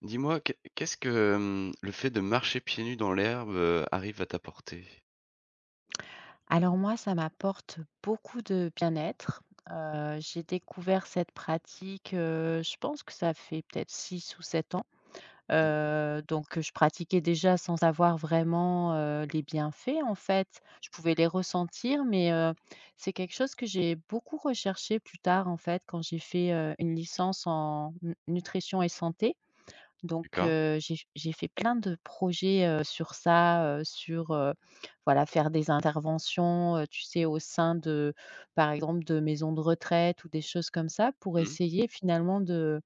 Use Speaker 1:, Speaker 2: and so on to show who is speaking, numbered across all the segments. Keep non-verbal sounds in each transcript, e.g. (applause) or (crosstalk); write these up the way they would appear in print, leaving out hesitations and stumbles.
Speaker 1: Dis-moi, qu'est-ce que le fait de marcher pieds nus dans l'herbe, arrive à t'apporter?
Speaker 2: Alors moi, ça m'apporte beaucoup de bien-être. J'ai découvert cette pratique, je pense que ça fait peut-être 6 ou 7 ans.
Speaker 1: Mmh,
Speaker 2: Donc je pratiquais déjà sans avoir vraiment, les bienfaits, en fait. Je pouvais les ressentir, mais, c'est quelque chose que j'ai beaucoup recherché plus tard, en fait, quand j'ai fait, une licence en n nutrition et santé. Donc
Speaker 1: d'accord.
Speaker 2: j'ai fait plein de projets, sur ça, sur, voilà, faire des interventions, tu sais, au sein de par exemple, de maisons de retraite ou des choses comme ça pour
Speaker 1: Mmh.
Speaker 2: essayer finalement de,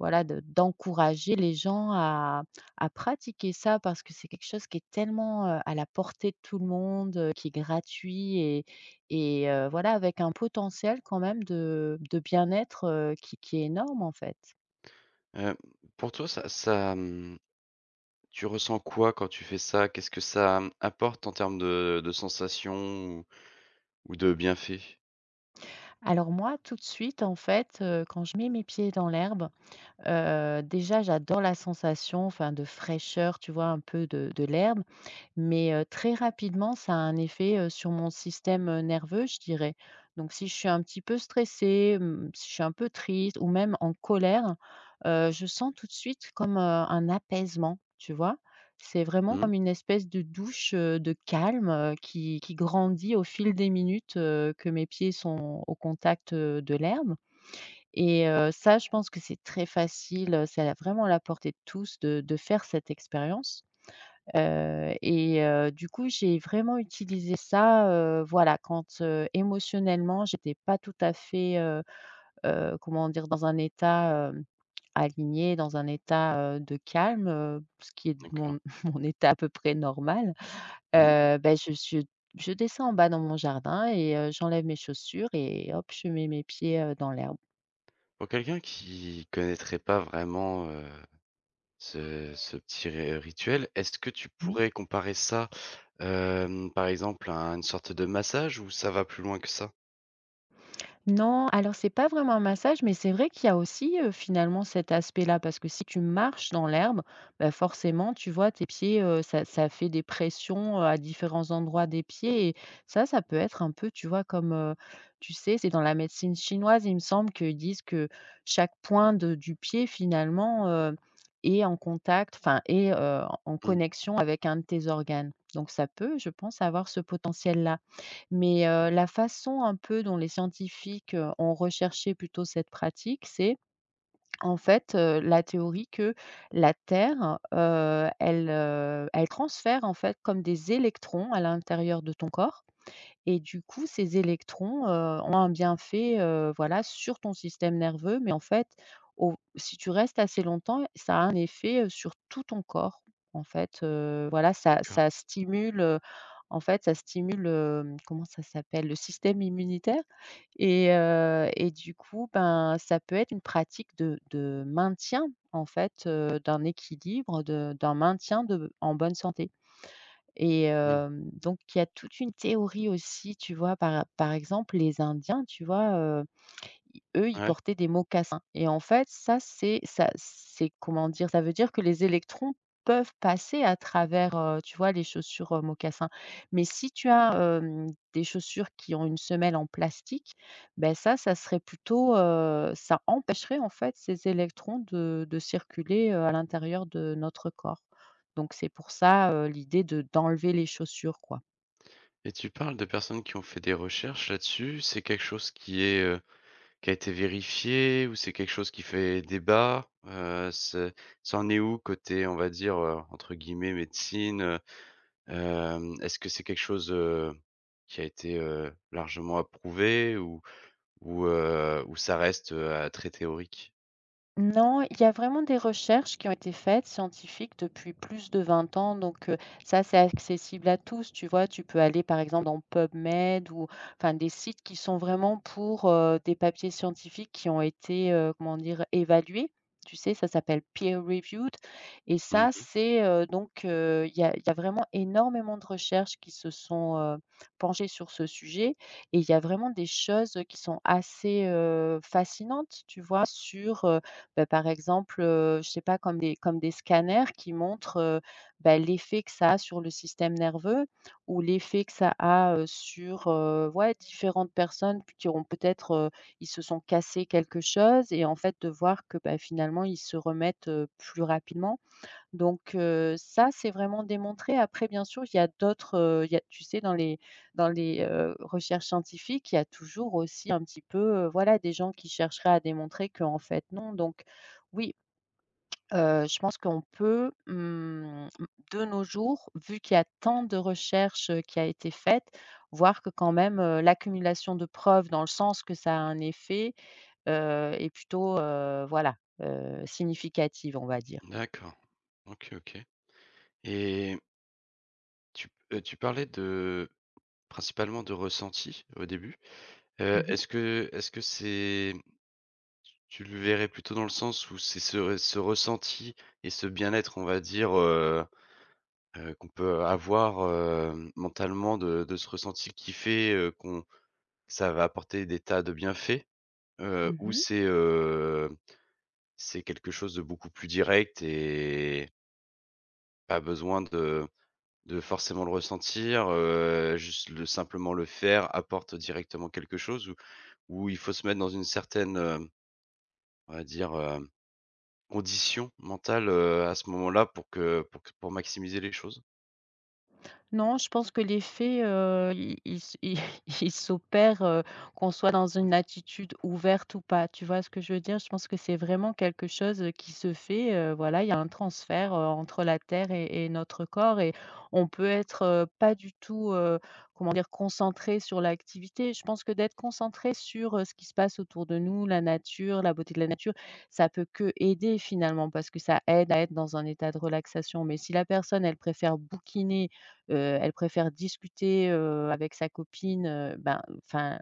Speaker 2: voilà, de d'encourager les gens à pratiquer ça parce que c'est quelque chose qui est tellement, à la portée de tout le monde, qui est gratuit et voilà, avec un potentiel quand même de bien-être, qui est énorme, en fait.
Speaker 1: Heu, pour toi, tu ressens quoi quand tu fais ça? Qu'est-ce que ça apporte en termes de sensations ou ou de bienfaits?
Speaker 2: Alors moi, tout de suite, en fait, quand je mets mes pieds dans l'herbe, déjà, j'adore la sensation, enfin, de fraîcheur, tu vois? Un peu de l'herbe, mais très rapidement, ça a un effet, sur mon système, nerveux, je dirais. Donc si je suis un petit peu stressée, si je suis un peu triste ou même en colère, je sens tout de suite comme, un apaisement, tu vois? C'est vraiment
Speaker 1: Mmh,
Speaker 2: comme une espèce de douche, de calme, qui grandit au fil des minutes, que mes pieds sont au contact, de l'herbe et ça, je pense que c'est très facile, c'est à la vraiment à la portée de tous de faire cette expérience. Du coup, j'ai vraiment utilisé ça, voilà, quand, émotionnellement, j'étais pas tout à fait, comment dire? Dans un état, aligné, dans un état, de calme, ce qui est
Speaker 1: d'accord.
Speaker 2: mon (laughs) mon état à peu près normal.
Speaker 1: Mmh.
Speaker 2: Bah, je descends en bas dans mon jardin et j'enlève mes chaussures et hop, je mets mes pieds, dans l'herbe.
Speaker 1: Pour quelqu'un qui connaîtrait pas vraiment, ce petit ré rituel, est-ce que tu
Speaker 2: Mmh.
Speaker 1: pourrais comparer ça, par exemple, à une sorte de massage ou ça va plus loin que ça?
Speaker 2: Non, alors c'est pas vraiment un massage, mais c'est vrai qu'il y a aussi, finalement cet aspect-là parce que si tu marches dans l'herbe, bah, forcément, tu vois, tes pieds, ça fait des pressions, à différents endroits des pieds et ça peut être un peu, tu vois, comme, tu sais, c'est dans la médecine chinoise, il me semble qu'ils disent que chaque point de du pied finalement, est en contact, enfin est, en
Speaker 1: Mmh,
Speaker 2: connexion avec un de tes organes. Donc ça peut, je pense, avoir ce potentiel-là. Mais la façon un peu dont les scientifiques, ont recherché plutôt cette pratique, c'est en fait, la théorie que la Terre, elle, elle transfère en fait comme des électrons à l'intérieur de ton corps et du coup, ces électrons, ont un bienfait, voilà, sur ton système nerveux, mais en fait, au si tu restes assez longtemps, ça a un effet, sur tout ton corps. En fait, voilà, ça
Speaker 1: d'accord.
Speaker 2: ça stimule, en fait, ça stimule, comment ça s'appelle? Le système immunitaire et du coup, ben, ça peut être une pratique de maintien, en fait, d'un équilibre, de d'un maintien de en bonne santé.
Speaker 1: Mmh.
Speaker 2: Donc il y a toute une théorie aussi, tu vois? Par exemple, les Indiens, tu vois? I Eux, ils
Speaker 1: Ouais,
Speaker 2: portaient des mocassins et en fait, ça, c'est ça, c'est comment dire? Ça veut dire que les électrons peuvent passer à travers, tu vois, les chaussures, mocassins. Mais si tu as, des chaussures qui ont une semelle en plastique, ben ça serait plutôt, ça empêcherait, en fait, ces électrons de circuler, à l'intérieur de notre corps. Donc c'est pour ça, l'idée de d'enlever les chaussures, quoi.
Speaker 1: et tu parles de personnes qui ont fait des recherches là-dessus. C'est quelque chose qui qui a été vérifié, ou c'est quelque chose qui fait débat? C'est ça en est où côté, on va dire, entre guillemets «médecine», heu? Hem, est-ce que c'est quelque chose, qui a été, largement approuvé, ou ou, ou ça reste, très théorique?
Speaker 2: Non, il y a vraiment des recherches qui ont été faites, scientifiques, depuis plus de 20 ans. Donc, ça, c'est accessible à tous, tu vois? Tu peux aller, par exemple, dans PubMed ou enfin des sites qui sont vraiment pour, des papiers scientifiques qui ont été, comment dire? Évalués. Tu sais, ça s'appelle peer reviewed et ça,
Speaker 1: Mmh.
Speaker 2: c'est, donc, il y a vraiment énormément de recherches qui se sont, penchées sur ce sujet et il y a vraiment des choses qui sont assez, fascinantes, tu vois? Sur, bah, par exemple, je sais pas comme des scanners qui montrent, bah, l'effet que ça a sur le système nerveux ou l'effet que ça a, sur, ouais, différentes personnes qui ont peut-être, ils se sont cassés quelque chose et en fait de voir que, bah, finalement ils se remettent, plus rapidement. Donc ça, c'est vraiment démontré. Après, bien sûr, il y a d'autres, il y a tu sais, dans les recherches scientifiques, il y a toujours aussi un petit peu, voilà, des gens qui chercheraient à démontrer qu'en fait, non. Donc oui, je pense qu'on peut, de nos jours, vu qu'il y a tant de recherches, qui a été faite, voir que quand même, l'accumulation de preuves dans le sens que ça a un effet, est plutôt, voilà, significative, on va dire.
Speaker 1: D'accord. OK, OK, et tu parlais de principalement de ressenti au début?
Speaker 2: Mmh mh.
Speaker 1: Est-ce que c'est tu le verrais plutôt dans le sens où c'est ce ressenti et ce bien-être, on va dire, qu'on peut avoir, mentalement, de ce ressenti qui fait, qu'on ça va apporter des tas de bienfaits? Ou
Speaker 2: Mmh.
Speaker 1: c'est quelque chose de beaucoup plus direct et pas besoin de forcément le ressentir, juste le simplement le faire apporte directement quelque chose? Ou il faut se mettre dans une certaine, on va dire, heu, conditions mentales, à ce moment-là pour que pour que pour maximiser les choses.
Speaker 2: Non, je pense que l'effet, i il s i (laughs) il s'opère, (laughs) qu'on soit dans une attitude ouverte ou pas. Tu vois ce que je veux dire? Je pense que c'est vraiment quelque chose, qui se fait, voilà, il y a un transfert, entre la terre et notre corps et on peut être, pas du tout, comment dire? Concentré sur l'activité. Je pense que d'être concentré sur, ce qui se passe autour de nous, la nature, la beauté de la nature, ça peut que aider finalement parce que ça aide à être dans un état de relaxation. Mais si la personne, elle préfère bouquiner heu, elle préfère discuter, avec sa copine, ben, enfin,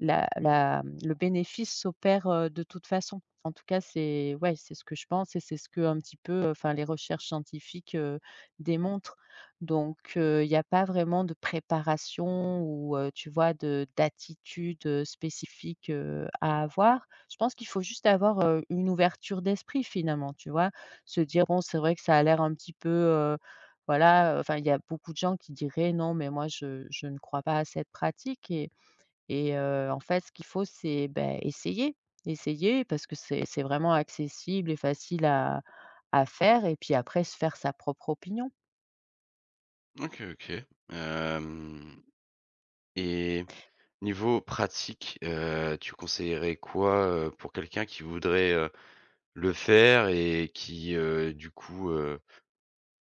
Speaker 2: la la le bénéfice s'opère, de toute façon. En tout cas, c'est ouais, c'est ce que je pense et c'est ce que un petit peu, enfin, les recherches scientifiques, démontrent. Donc il n'y a pas vraiment de préparation ou tu vois, de d'attitude, spécifique, à avoir. Je pense qu'il faut juste avoir, une ouverture d'esprit finalement, tu vois? Se dire: «Bon, c'est vrai que ça a l'air un petit peu, euh, voilà, enfin, il y a beaucoup de gens qui diraient: «Non, mais moi je ne crois pas à cette pratique» et en fait, ce qu'il faut, c'est, ben essayer, essayer parce que c'est vraiment accessible et facile à faire et puis après se faire sa propre opinion.
Speaker 1: OK, OK. Hem et niveau pratique, tu conseillerais quoi, pour quelqu'un qui voudrait, le faire et qui, du coup,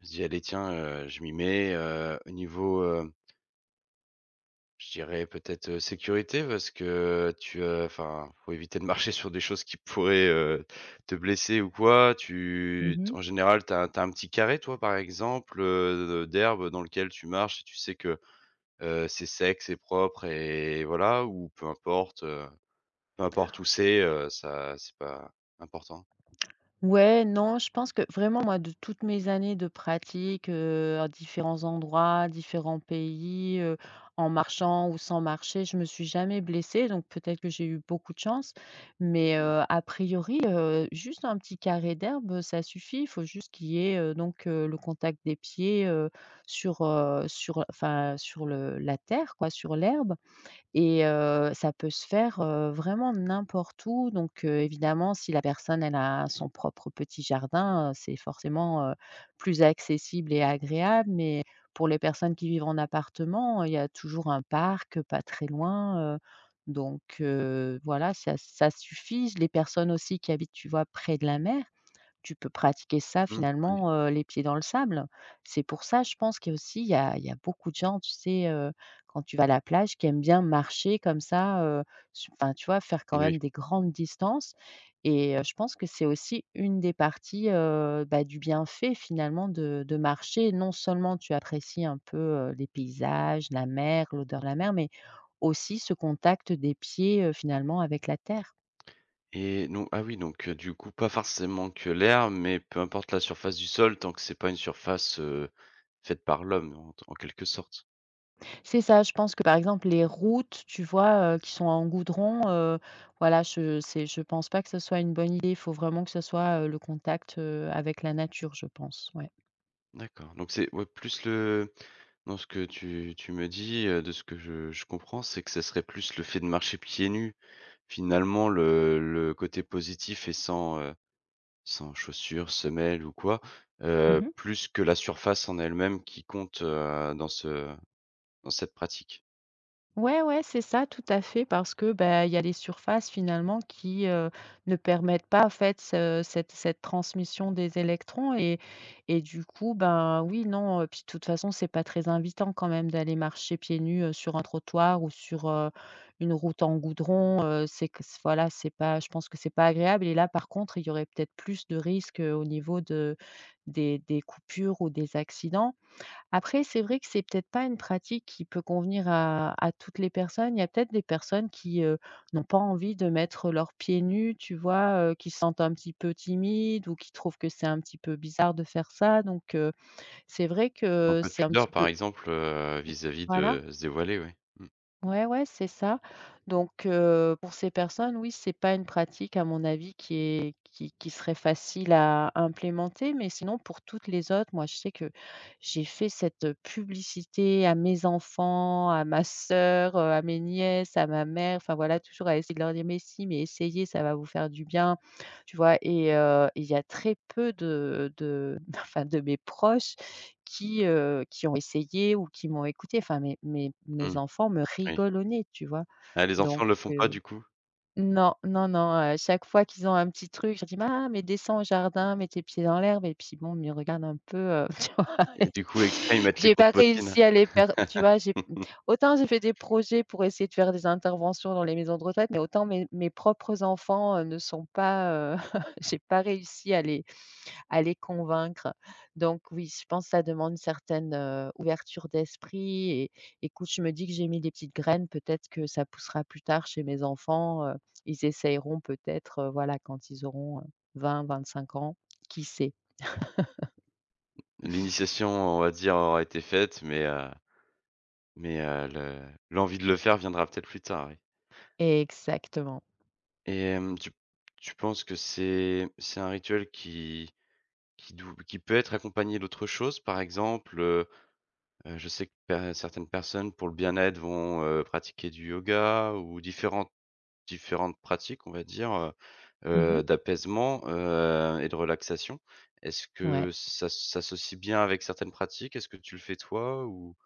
Speaker 1: se dit: «Allez tiens, je m'y mets». Au niveau, je dirais peut-être, sécurité, parce que tu, enfin, faut éviter de marcher sur des choses qui pourraient, te blesser ou quoi. Tu en général, t'as as tu un petit carré toi, par exemple, d'herbe dans lequel tu marches et tu sais que, c'est sec, c'est propre et voilà, ou peu importe où c'est, ça c'est pas important.
Speaker 2: Ouais, non, je pense que vraiment moi de toutes mes années de pratique, à différents endroits, différents pays, en marchant ou sans marcher, je me suis jamais blessée, donc peut-être que j'ai eu beaucoup de chance. Mais,
Speaker 1: Mmh.
Speaker 2: a priori, juste un petit carré d'herbe, ça suffit. Il faut juste qu'il y ait, donc, le contact des pieds, sur, enfin sur le la terre quoi, sur l'herbe et ça peut se faire, vraiment n'importe où. Donc évidemment, si la personne, elle a son propre petit jardin, c'est forcément, plus accessible et agréable. Mais pour les personnes qui vivent en appartement, il y a toujours un parc, pas très loin. Donc voilà, ça suffit. Les personnes aussi qui habitent, tu vois, près de la mer, tu peux pratiquer ça
Speaker 1: Mmh, oui,
Speaker 2: finalement, les pieds dans le sable. C'est pour ça, je pense qu'aussi il y a beaucoup de gens, tu sais, quand tu vas à la plage, qui aiment bien marcher comme ça, su enfin, tu vois, faire quand
Speaker 1: oui
Speaker 2: même des grandes distances et je pense que c'est aussi une des parties, bah, du bienfait finalement de marcher. Non seulement tu apprécies un peu, les paysages, la mer, l'odeur de la mer, mais aussi ce contact des pieds, finalement avec la terre.
Speaker 1: et non, ah oui, donc, du coup, pas forcément que l'herbe, mais peu importe la surface du sol tant que c'est pas une surface faite par l'homme en en quelque sorte?
Speaker 2: C'est ça, je pense que, par exemple, les routes, tu vois, qui sont en goudron, voilà, je pense pas que ce soit une bonne idée. Il faut vraiment que ce soit, le contact, avec la nature, je pense, ouais.
Speaker 1: D'accord, donc c'est ouais plus le dans ce que tu me dis, de ce que je comprends, c'est que ça serait plus le fait de marcher pieds nus, finalement le côté positif et sans, sans chaussures, semelles ou quoi,
Speaker 2: Mmh.
Speaker 1: plus que la surface en elle-même qui compte, dans ce dans cette pratique?
Speaker 2: Ouais, ouais, c'est ça, tout à fait, parce que, bah, il y a les surfaces finalement qui, ne permettent pas en fait ce cette cette transmission des électrons et du coup, ben, oui, non, puis de toute façon, c'est pas très invitant quand même d'aller marcher pieds nus, sur un trottoir ou sur, une route en goudron. Heu, c'est que c voilà, c'est pas Je pense que c'est pas agréable, et là, par contre, il y aurait peut-être plus de risques, au niveau de des coupures ou des accidents. Après, c'est vrai que c'est peut-être pas une pratique qui peut convenir à toutes les personnes. Il y a peut-être des personnes qui, n'ont pas envie de mettre leurs pieds nus, tu vois? Qui se sentent un petit peu timides ou qui trouvent que c'est un petit peu bizarre de faire ça, donc c'est vrai
Speaker 1: Un
Speaker 2: que
Speaker 1: peu de
Speaker 2: c'est un
Speaker 1: pudeur
Speaker 2: petit
Speaker 1: par
Speaker 2: peu,
Speaker 1: exemple, vis-à-vis
Speaker 2: voilà.
Speaker 1: de se dévoiler, oui.
Speaker 2: Ouais, ouais, c'est ça. Donc, pour ces personnes, oui, c'est pas une pratique à mon avis qui est qui serait facile à implémenter, mais sinon pour toutes les autres, moi je sais que j'ai fait cette publicité à mes enfants, à ma sœur, à mes nièces, à ma mère, enfin voilà, toujours à essayer de leur dire: «Mais si, mais essayez, ça va vous faire du bien», tu vois? Et il y a très peu de (laughs) enfin de mes proches qui ont essayé ou qui m'ont écouté. Enfin, mes mes
Speaker 1: Mmh,
Speaker 2: mes
Speaker 1: mmh,
Speaker 2: enfants me
Speaker 1: oui.
Speaker 2: rigolent au nez, tu vois?
Speaker 1: Ah, les
Speaker 2: Donc
Speaker 1: enfants le font pas
Speaker 2: heu,
Speaker 1: du coup?
Speaker 2: non, non, non, à chaque fois qu'ils ont un petit truc, je dis: «Maman, mais descends au jardin, mets tes pieds dans l'herbe», et puis bon, ils me regardent un peu, (laughs) tu vois?
Speaker 1: Et du coup exprès ils
Speaker 2: (laughs)
Speaker 1: mettent les
Speaker 2: J'ai
Speaker 1: grosses
Speaker 2: pas
Speaker 1: bottines?
Speaker 2: réussi à les per Tu vois? J'ai
Speaker 1: (laughs)
Speaker 2: Autant j'ai fait des projets pour essayer de faire des interventions dans les maisons de retraite, mais autant mes propres enfants, ne sont pas, (laughs) j'ai pas réussi à les convaincre. Donc oui, je pense que ça demande une certaine, ouverture d'esprit. Et écoute, je me dis que j'ai mis des petites graines, peut-être que ça poussera plus tard chez mes enfants, ils essayeront peut-être, voilà, quand ils auront, vingt-cinq ans, qui sait?
Speaker 1: L'initiation, on va dire, aura été faite, mais le l'envie de le faire viendra peut-être plus tard, oui.
Speaker 2: Exactement.
Speaker 1: Et tu tu penses que c'est un rituel qui dou qui peut être accompagné d'autres choses? Par exemple, je sais que per certaines personnes, pour le bien-être, vont, pratiquer du yoga ou différentes différentes pratiques, on va dire, heu
Speaker 2: Mmh
Speaker 1: heu,
Speaker 2: mh.
Speaker 1: d'apaisement, heu, et de relaxation. Est-ce
Speaker 2: Ouais.
Speaker 1: que ça s'associe bien avec certaines pratiques? Est-ce que tu le fais toi, ou?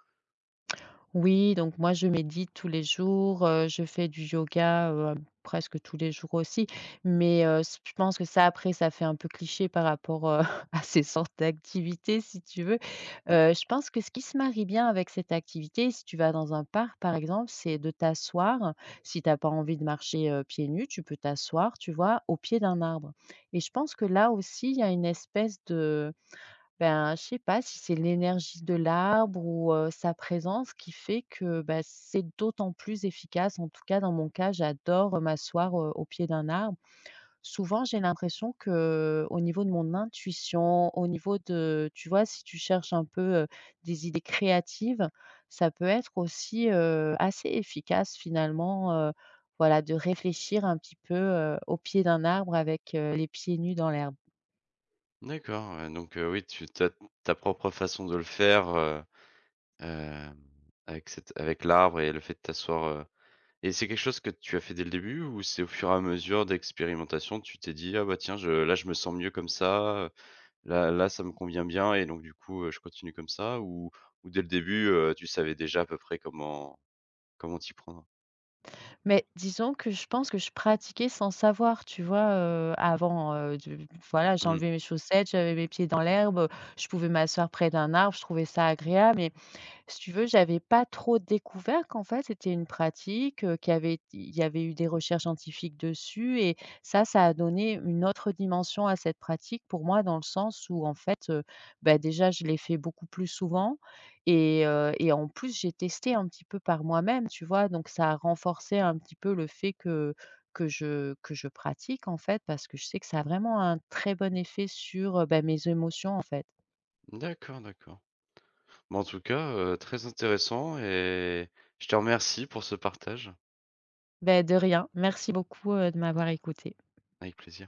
Speaker 2: Oui, donc moi je médite tous les jours, je fais du yoga, presque tous les jours aussi, mais s je pense que ça, après, ça fait un peu cliché par rapport, (laughs) à ces sortes d'activités, si tu veux. Je pense que ce qui se marie bien avec cette activité, si tu vas dans un parc par exemple, c'est de t'asseoir. Si tu as pas envie de marcher, pieds nus, tu peux t'asseoir, tu vois, au pied d'un arbre, et je pense que là aussi il y a une espèce de... Ben, je sais pas si c'est l'énergie de l'arbre ou, sa présence qui fait que, bah, c'est d'autant plus efficace. En tout cas, dans mon cas, j'adore, m'asseoir, au pied d'un arbre. Souvent, j'ai l'impression que au niveau de mon intuition, au niveau de, tu vois, si tu cherches un peu, des idées créatives, ça peut être aussi, assez efficace finalement, voilà, de réfléchir un petit peu, au pied d'un arbre avec, les pieds nus dans l'herbe.
Speaker 1: D'accord, ouais, donc oui, tu as ta propre façon de le faire, hem, avec cet avec l'arbre et le fait de t'asseoir, heu, et c'est quelque chose que tu as fait dès le début, ou c'est au fur et à mesure d'expérimentation, tu t'es dit: «Ah bah tiens, je là, je me sens mieux comme ça, là, ça me convient bien et donc du coup, je continue comme ça»? Ou dès le début, tu savais déjà à peu près comment t'y prendre?
Speaker 2: Mais disons que je pense que je pratiquais sans savoir, tu vois? Avant, voilà,
Speaker 1: Mmh.
Speaker 2: j'enlevais mes chaussettes, j'avais mes pieds dans l'herbe, je pouvais m'asseoir près d'un arbre, je trouvais ça agréable, et si tu veux, j'avais pas trop découvert qu'en fait, c'était une pratique, qui avait il y avait eu des recherches scientifiques dessus, et ça a donné une autre dimension à cette pratique pour moi, dans le sens où en fait, bah, déjà je l'ai fait beaucoup plus souvent, et en plus j'ai testé un petit peu par moi-même, tu vois? Donc ça a renforcé un petit peu le fait que je pratique en fait, parce que je sais que ça a vraiment un très bon effet sur, bah, mes émotions en fait.
Speaker 1: D'accord, d'accord. Bah, en tout cas, très intéressant, et je te remercie pour ce partage.
Speaker 2: Beh, de rien. Merci beaucoup, de m'avoir écoutée.
Speaker 1: Avec plaisir.